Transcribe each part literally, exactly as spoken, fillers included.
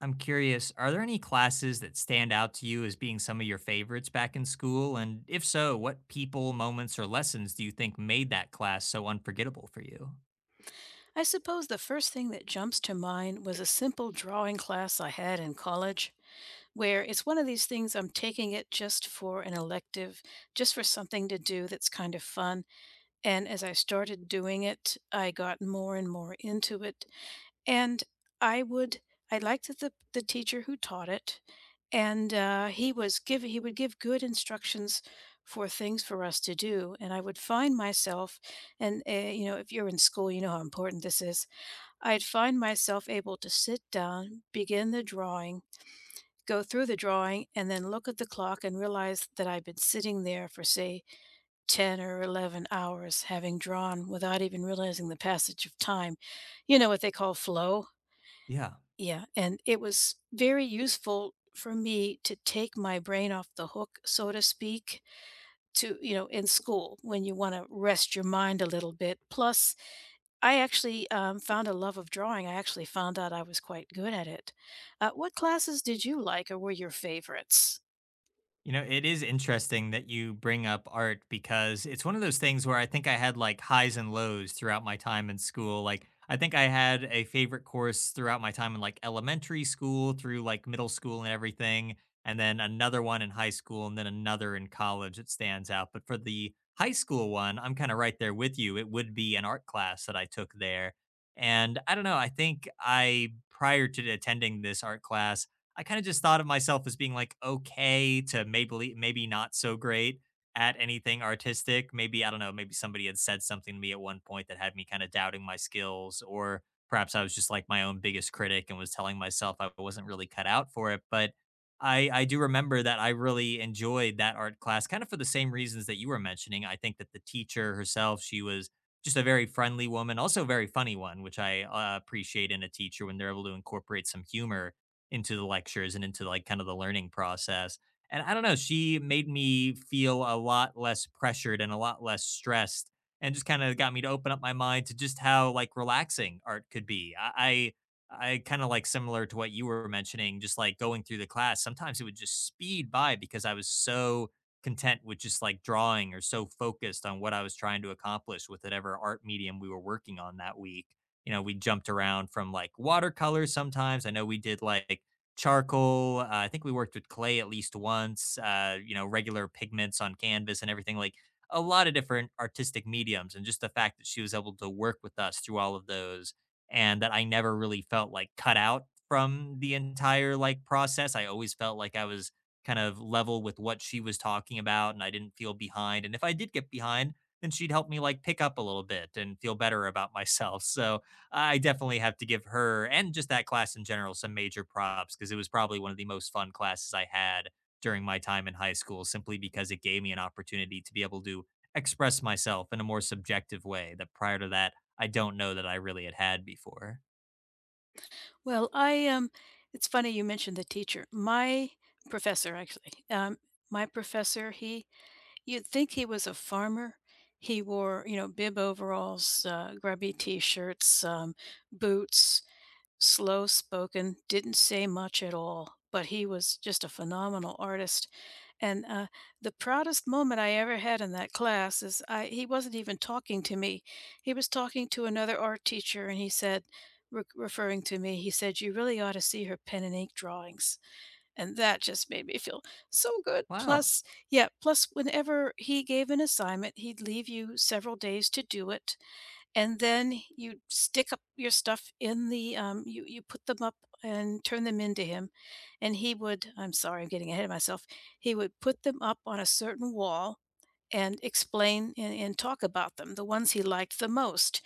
I'm curious, are there any classes that stand out to you as being some of your favorites back in school? And if so, what people, moments, or lessons do you think made that class so unforgettable for you? I suppose the first thing that jumps to mind was a simple drawing class I had in college, where it's one of these things I'm taking it just for an elective, just for something to do that's kind of fun. And as I started doing it, I got more and more into it. And I would, I liked the, the teacher who taught it, and uh, he was give he would give good instructions for things for us to do. And I would find myself, and uh, you know, if you're in school, you know how important this is. I'd find myself able to sit down, begin the drawing, go through the drawing, and then look at the clock and realize that I've been sitting there for, say, ten or eleven hours having drawn without even realizing the passage of time. You know what they call flow? Yeah. Yeah. And it was very useful for me to take my brain off the hook, so to speak, to, you know, in school when you want to rest your mind a little bit. Plus, I actually, um, found a love of drawing. I actually found out I was quite good at it. Uh, what classes did you like or were your favorites? You know, it is interesting that you bring up art, because it's one of those things where I think I had like highs and lows throughout my time in school. Like, I think I had a favorite course throughout my time in like elementary school through like middle school and everything, and then another one in high school, and then another in college that stands out. But for the high school one, I'm kind of right there with you. It would be an art class that I took there. And I don't know, I think I, prior to attending this art class, I kind of just thought of myself as being like okay to maybe maybe not so great at anything artistic. Maybe, I don't know, maybe somebody had said something to me at one point that had me kind of doubting my skills, or perhaps I was just like my own biggest critic and was telling myself I wasn't really cut out for it, but I I do remember that I really enjoyed that art class kind of for the same reasons that you were mentioning. I think that the teacher herself, she was just a very friendly woman, also a very funny one, which I uh, appreciate in a teacher when they're able to incorporate some humor into the lectures and into like kind of the learning process. And I don't know, she made me feel a lot less pressured and a lot less stressed, and just kind of got me to open up my mind to just how like relaxing art could be. I I, I kind of like, similar to what you were mentioning, just like going through the class, sometimes it would just speed by because I was so content with just like drawing, or so focused on what I was trying to accomplish with whatever art medium we were working on that week. You know, we jumped around from like watercolors sometimes. I know we did like charcoal. Uh, I think we worked with clay at least once, uh, you know, regular pigments on canvas and everything, like a lot of different artistic mediums. And just the fact that she was able to work with us through all of those, and that I never really felt like cut out from the entire like process. I always felt like I was kind of level with what she was talking about, and I didn't feel behind. And if I did get behind, then she'd help me like pick up a little bit and feel better about myself. So I definitely have to give her and just that class in general some major props, because it was probably one of the most fun classes I had during my time in high school, simply because it gave me an opportunity to be able to express myself in a more subjective way that, prior to that, I don't know that I really had had before. Well, I, um it's funny you mentioned the teacher. My professor, actually, um, my professor, he you'd think he was a farmer. He wore, you know, bib overalls, uh, grubby t-shirts, um, boots. Slow spoken, didn't say much at all, but he was just a phenomenal artist. And uh, the proudest moment I ever had in that class is I, he wasn't even talking to me. He was talking to another art teacher, and he said, re- referring to me, he said, "You really ought to see her pen and ink drawings." And that just made me feel so good. Wow. Plus, yeah, plus, whenever he gave an assignment, he'd leave you several days to do it and then you stick up your stuff in the um, you you put them up and turn them into him and he would i'm sorry i'm getting ahead of myself. He would put them up on a certain wall and explain and, and talk about them, the ones he liked the most,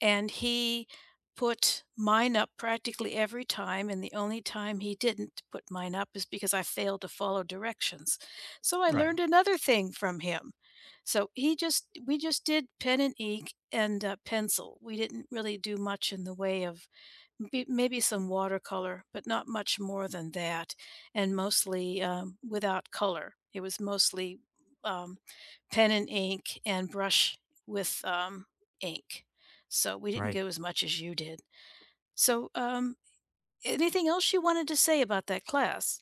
and he put mine up practically every time, and the only time he didn't put mine up is because I failed to follow directions. So I Right. learned another thing from him. So he just we just did pen and ink and, uh, pencil. We didn't really do much in the way of be maybe some watercolor, but not much more than that, and mostly, um, without color. It was mostly, um, pen and ink and brush with, um, ink. So we didn't Right. go as much as you did. So, um, anything else you wanted to say about that class?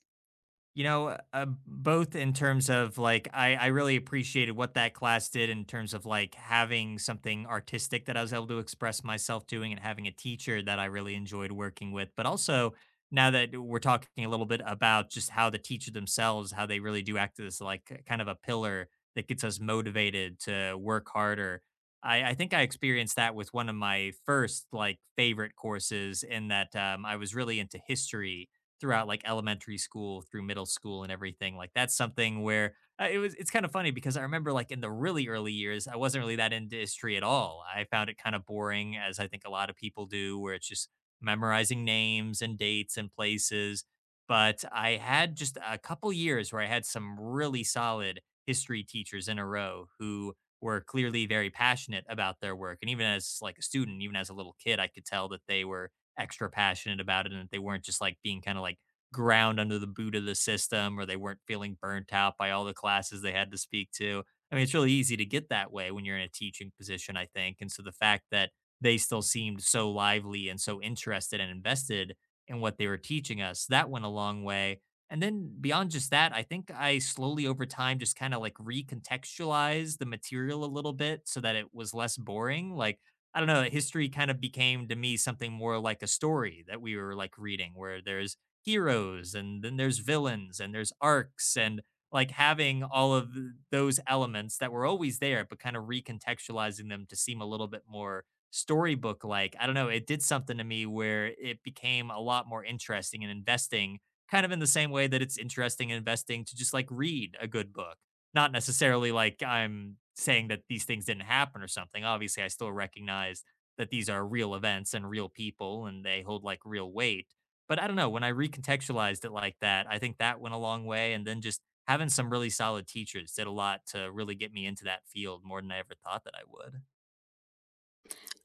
You know, uh, uh, both in terms of like, I I really appreciated what that class did in terms of like having something artistic that I was able to express myself doing, and having a teacher that I really enjoyed working with. But also, now that we're talking a little bit about just how the teacher themselves, how they really do act as like k- kind of a pillar that gets us motivated to work harder. I, I think I experienced that with one of my first like favorite courses, in that um, I was really into history throughout like elementary school through middle school and everything. Like, that's something where uh, it was it's kind of funny, because I remember like in the really early years, I wasn't really that into history at all. I found it kind of boring, as I think a lot of people do, where it's just memorizing names and dates and places. But I had just a couple years where I had some really solid history teachers in a row, who were clearly very passionate about their work, and even as like a student, even as a little kid, I could tell that they were extra passionate about it, and that they weren't just like being kind of like ground under the boot of the system, or they weren't feeling burnt out by all the classes they had to speak to. I mean, it's really easy to get that way when you're in a teaching position, I think. And so the fact that they still seemed so lively and so interested and invested in what they were teaching us, that went a long way. And then beyond just that, I think I slowly over time just kind of like recontextualized the material a little bit, so that it was less boring. Like, I don't know, history kind of became to me something more like a story that we were like reading, where there's heroes, and then there's villains, and there's arcs, and like having all of th- those elements that were always there, but kind of recontextualizing them to seem a little bit more storybook like. I don't know, it did something to me where it became a lot more interesting and investing, kind of in the same way that it's interesting and investing to just like read a good book. Not necessarily like I'm saying that these things didn't happen or something. Obviously, I still recognize that these are real events and real people, and they hold like real weight. But I don't know, when I recontextualized it like that, I think that went a long way. And then just having some really solid teachers did a lot to really get me into that field more than I ever thought that I would.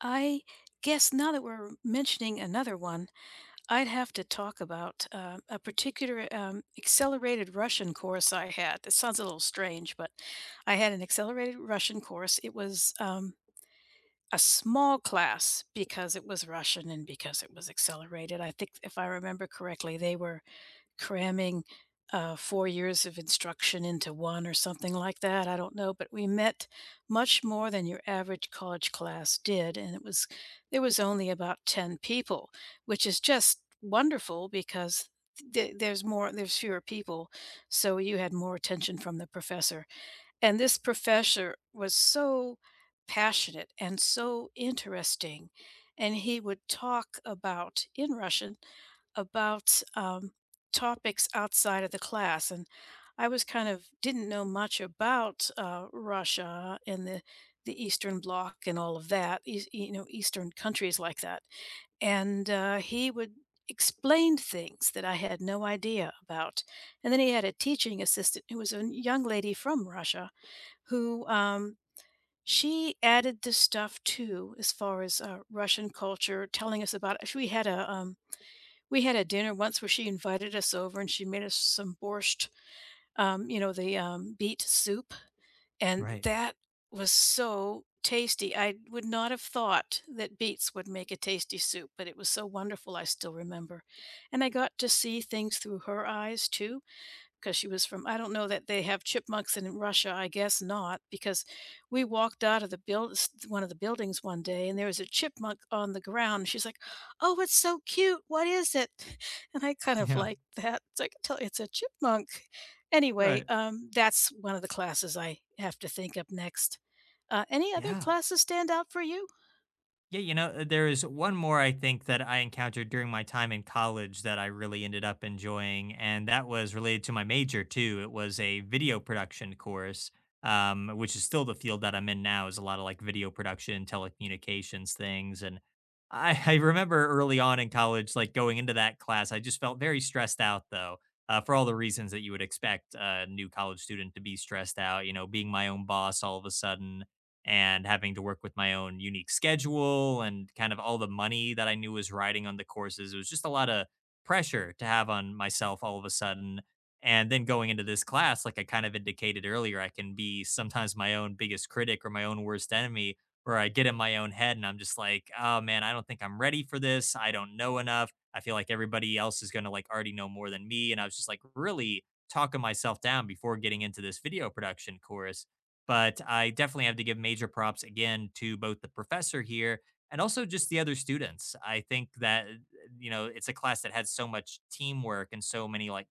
I guess now that we're mentioning another one, I'd have to talk about uh, a particular um, accelerated Russian course I had. It sounds a little strange, but I had an accelerated Russian course. It was um, a small class because it was Russian and because it was accelerated. I think, if I remember correctly, they were cramming uh, four years of instruction into one or something like that. I don't know, but we met much more than your average college class did, and it was there was only about ten people, which is just wonderful because th- there's more there's fewer people, so you had more attention from the professor. And this professor was so passionate and so interesting, and he would talk about in Russian about um, topics outside of the class. And I was kind of didn't know much about uh, Russia and the the Eastern Bloc and all of that, eas- you know, Eastern countries like that. And uh, he would explain things that I had no idea about. And then he had a teaching assistant who was a young lady from Russia who um, she added this stuff too, as far as uh, Russian culture, telling us about. We had a um, we had a dinner once where she invited us over and she made us some borscht, um, you know, the, um, beet soup, and Right. that was so tasty. I would not have thought that beets would make a tasty soup, but it was so wonderful, I still remember, and I got to see things through her eyes too because she was from — I don't know that they have chipmunks in Russia, I guess not, because we walked out of the build one of the buildings one day and there was a chipmunk on the ground. She's like, "Oh, it's so cute. What is it?" And I kind of Yeah. like that. So I can tell it's a chipmunk. Anyway, Right. um, that's one of the classes I have to think of next. Uh, any other Yeah. classes stand out for you? Yeah, you know, uh, there is one more I think that I encountered during my time in college that I really ended up enjoying, and that was related to my major too. It was a video production course, um, which is still the field that I'm in now, is a lot of like video production, telecommunications things. And I, I remember early on in college, like going into that class, I just felt very stressed out though, uh, for all the reasons that you would expect a new college student to be stressed out, you know, being my own boss all of a sudden and having to work with my own unique schedule, and kind of all the money that I knew was riding on the courses. It was just a lot of pressure to have on myself all of a sudden. And then going into this class, like I kind of indicated earlier, I can be sometimes my own biggest critic or my own worst enemy, where I get in my own head and I'm just like, oh man, I don't think I'm ready for this. I don't know enough. I feel like everybody else is going to like already know more than me. And I was just like really talking myself down before getting into this video production course. But I definitely have to give major props again to both the professor here, and also just the other students. I think that, eh, you know, it's a class that had so much teamwork and so many like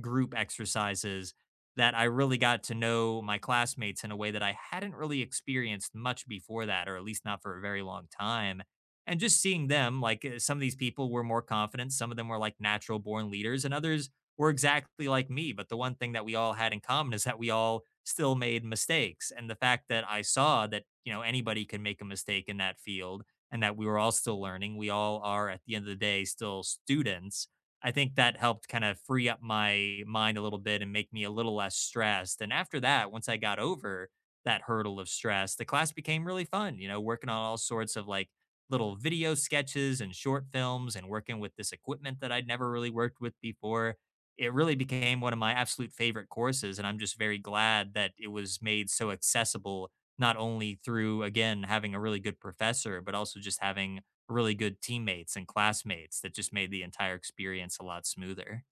group exercises, that I really got to know my classmates in a way that I hadn't really experienced much before that, or at least not for a very long time. And just seeing them, like, uh, some of these people were more confident, some of them were like natural born leaders, and others were exactly like me. But the one thing that we all had in common is that we all still made mistakes. And the fact that I saw that, you know, anybody can make a mistake in that field, and that we were all still learning, we all are at the end of the day still students. I think that helped kind of free up my mind a little bit and make me a little less stressed. And after that, once I got over that hurdle of stress, the class became really fun, you know, working on all sorts of like little video sketches and short films, and working with this equipment that I'd never really worked with before. It really became one of my absolute favorite courses, and I'm just very glad that it was made so accessible, not only through, again, having a really good professor, but also just having really good teammates and classmates that just made the entire experience a lot smoother.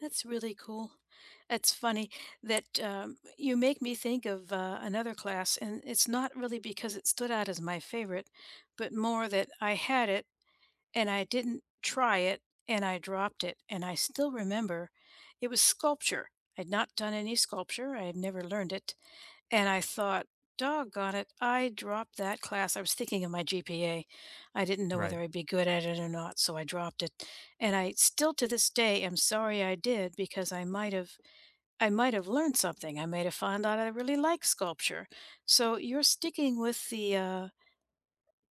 That's really cool. It's funny that um, you make me think of uh, another class, and it's not really because it stood out as my favorite, but more that I had it and I didn't try it and I dropped it. And I still remember, it was sculpture. I'd not done any sculpture, I had never learned it. And I thought, doggone it, I dropped that class. I was thinking of my G P A. I didn't know Right. whether I'd be good at it or not, so I dropped it. And I still to this day am sorry I did because I might have I might have learned something. I might have found out I really like sculpture. So you're sticking with the uh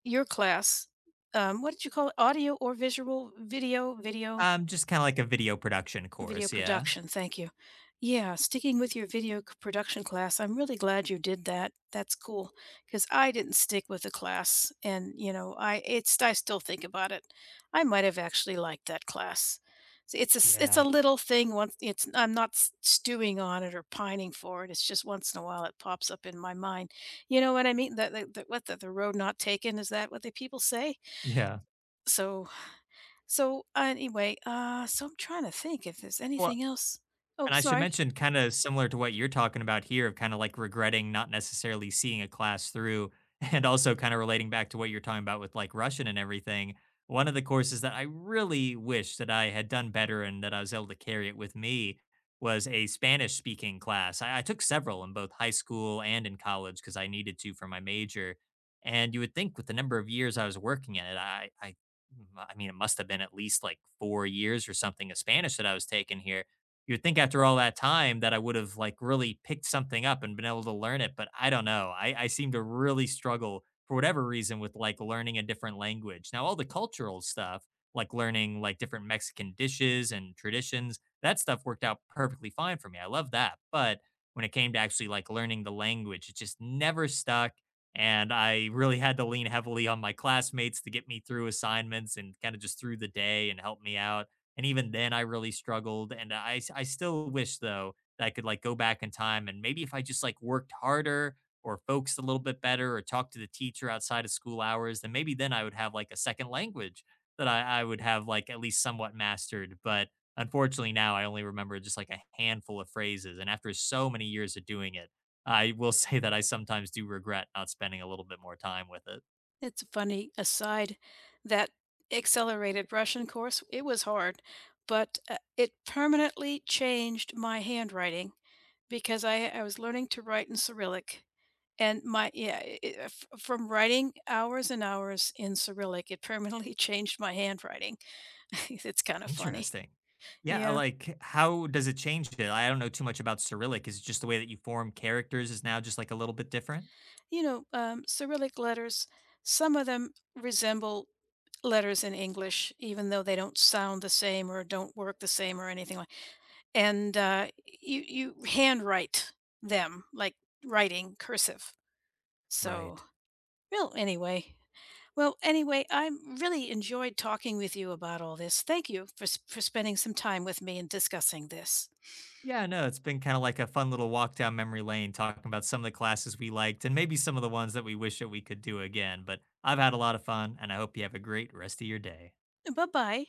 your class, um, what did you call it? Audio or visual, video video Um, just kinda like a video production video course, yeah. production. Thank you. Yeah, sticking with your video c- production class. I'm really glad you did that. That's cool because I didn't stick with the class, and you know, I it's I still think about it. I might have actually liked that class. So it's a s- it's Yeah. a little thing. Once it's I'm not s- stewing on it or pining for it. It's just once in a while it pops up in my mind. You know what I mean? The, the, the, what the, the road not taken, is that what the people say? Yeah. So so uh, anyway, uh, so I'm trying to think if there's Yeah, well. anything else. Oh, And I should sorry. mention, kind of similar to what you're talking about here of kind of like regretting not necessarily seeing a class through and also kind of relating back to what you're talking about with like Russian and everything. One of the courses that I really wish that I had done better and that I was able to carry it with me was a Spanish speaking class. I, I took several in both high school and in college, because I needed to for my major. And you would think with the number of years I was working in it, I, I, I mean, it must have been at least like four years or something of Spanish that I was taking here. You'd think after all that time that I would have like really picked something up and been able to learn it, but I don't know. I, I seem to really struggle for whatever reason with like learning a different language. Now, all the cultural stuff, like learning like different Mexican dishes and traditions, that stuff worked out perfectly fine for me. I love that. But when it came to actually like learning the language, it just never stuck. And I really had to lean heavily on my classmates to get me through assignments and kind of just through the day and help me out, and even then I really struggled, and I I still wish though that I could like go back in time, and maybe if I just like worked harder or focused a little bit better, or talked to the teacher outside of school hours, then maybe then I would have like a second language that I I would have like at least somewhat mastered. But unfortunately now I only remember just like a handful of phrases, and after so many years of doing it, I will say that I sometimes do regret not spending a little bit more time with it. It's a funny aside that accelerated Russian course, it was hard, but uh, it permanently changed my handwriting because I I was learning to write in Cyrillic and my yeah, i i- f- from writing hours and hours in Cyrillic, it permanently changed my handwriting. It's kind of funny. Interesting. Yeah, Yeah. like how does it change it? I don't know too much about Cyrillic. Is it just the way that you form characters is now just like a little bit different? You know, um, Cyrillic letters, some of them resemble letters in English, even though they don't sound the same or don't work the same or anything like. And uh, you you handwrite them like writing cursive. So, Right. well, anyway. Well, anyway, I really enjoyed talking with you about all this. Thank you for, s- for spending some time with me and discussing this. Yeah, no, it's been kind of like a fun little walk down memory lane talking about some of the classes we liked and maybe some of the ones that we wish that we could do again. But I've had a lot of fun, and I hope you have a great rest of your day. Bye bye.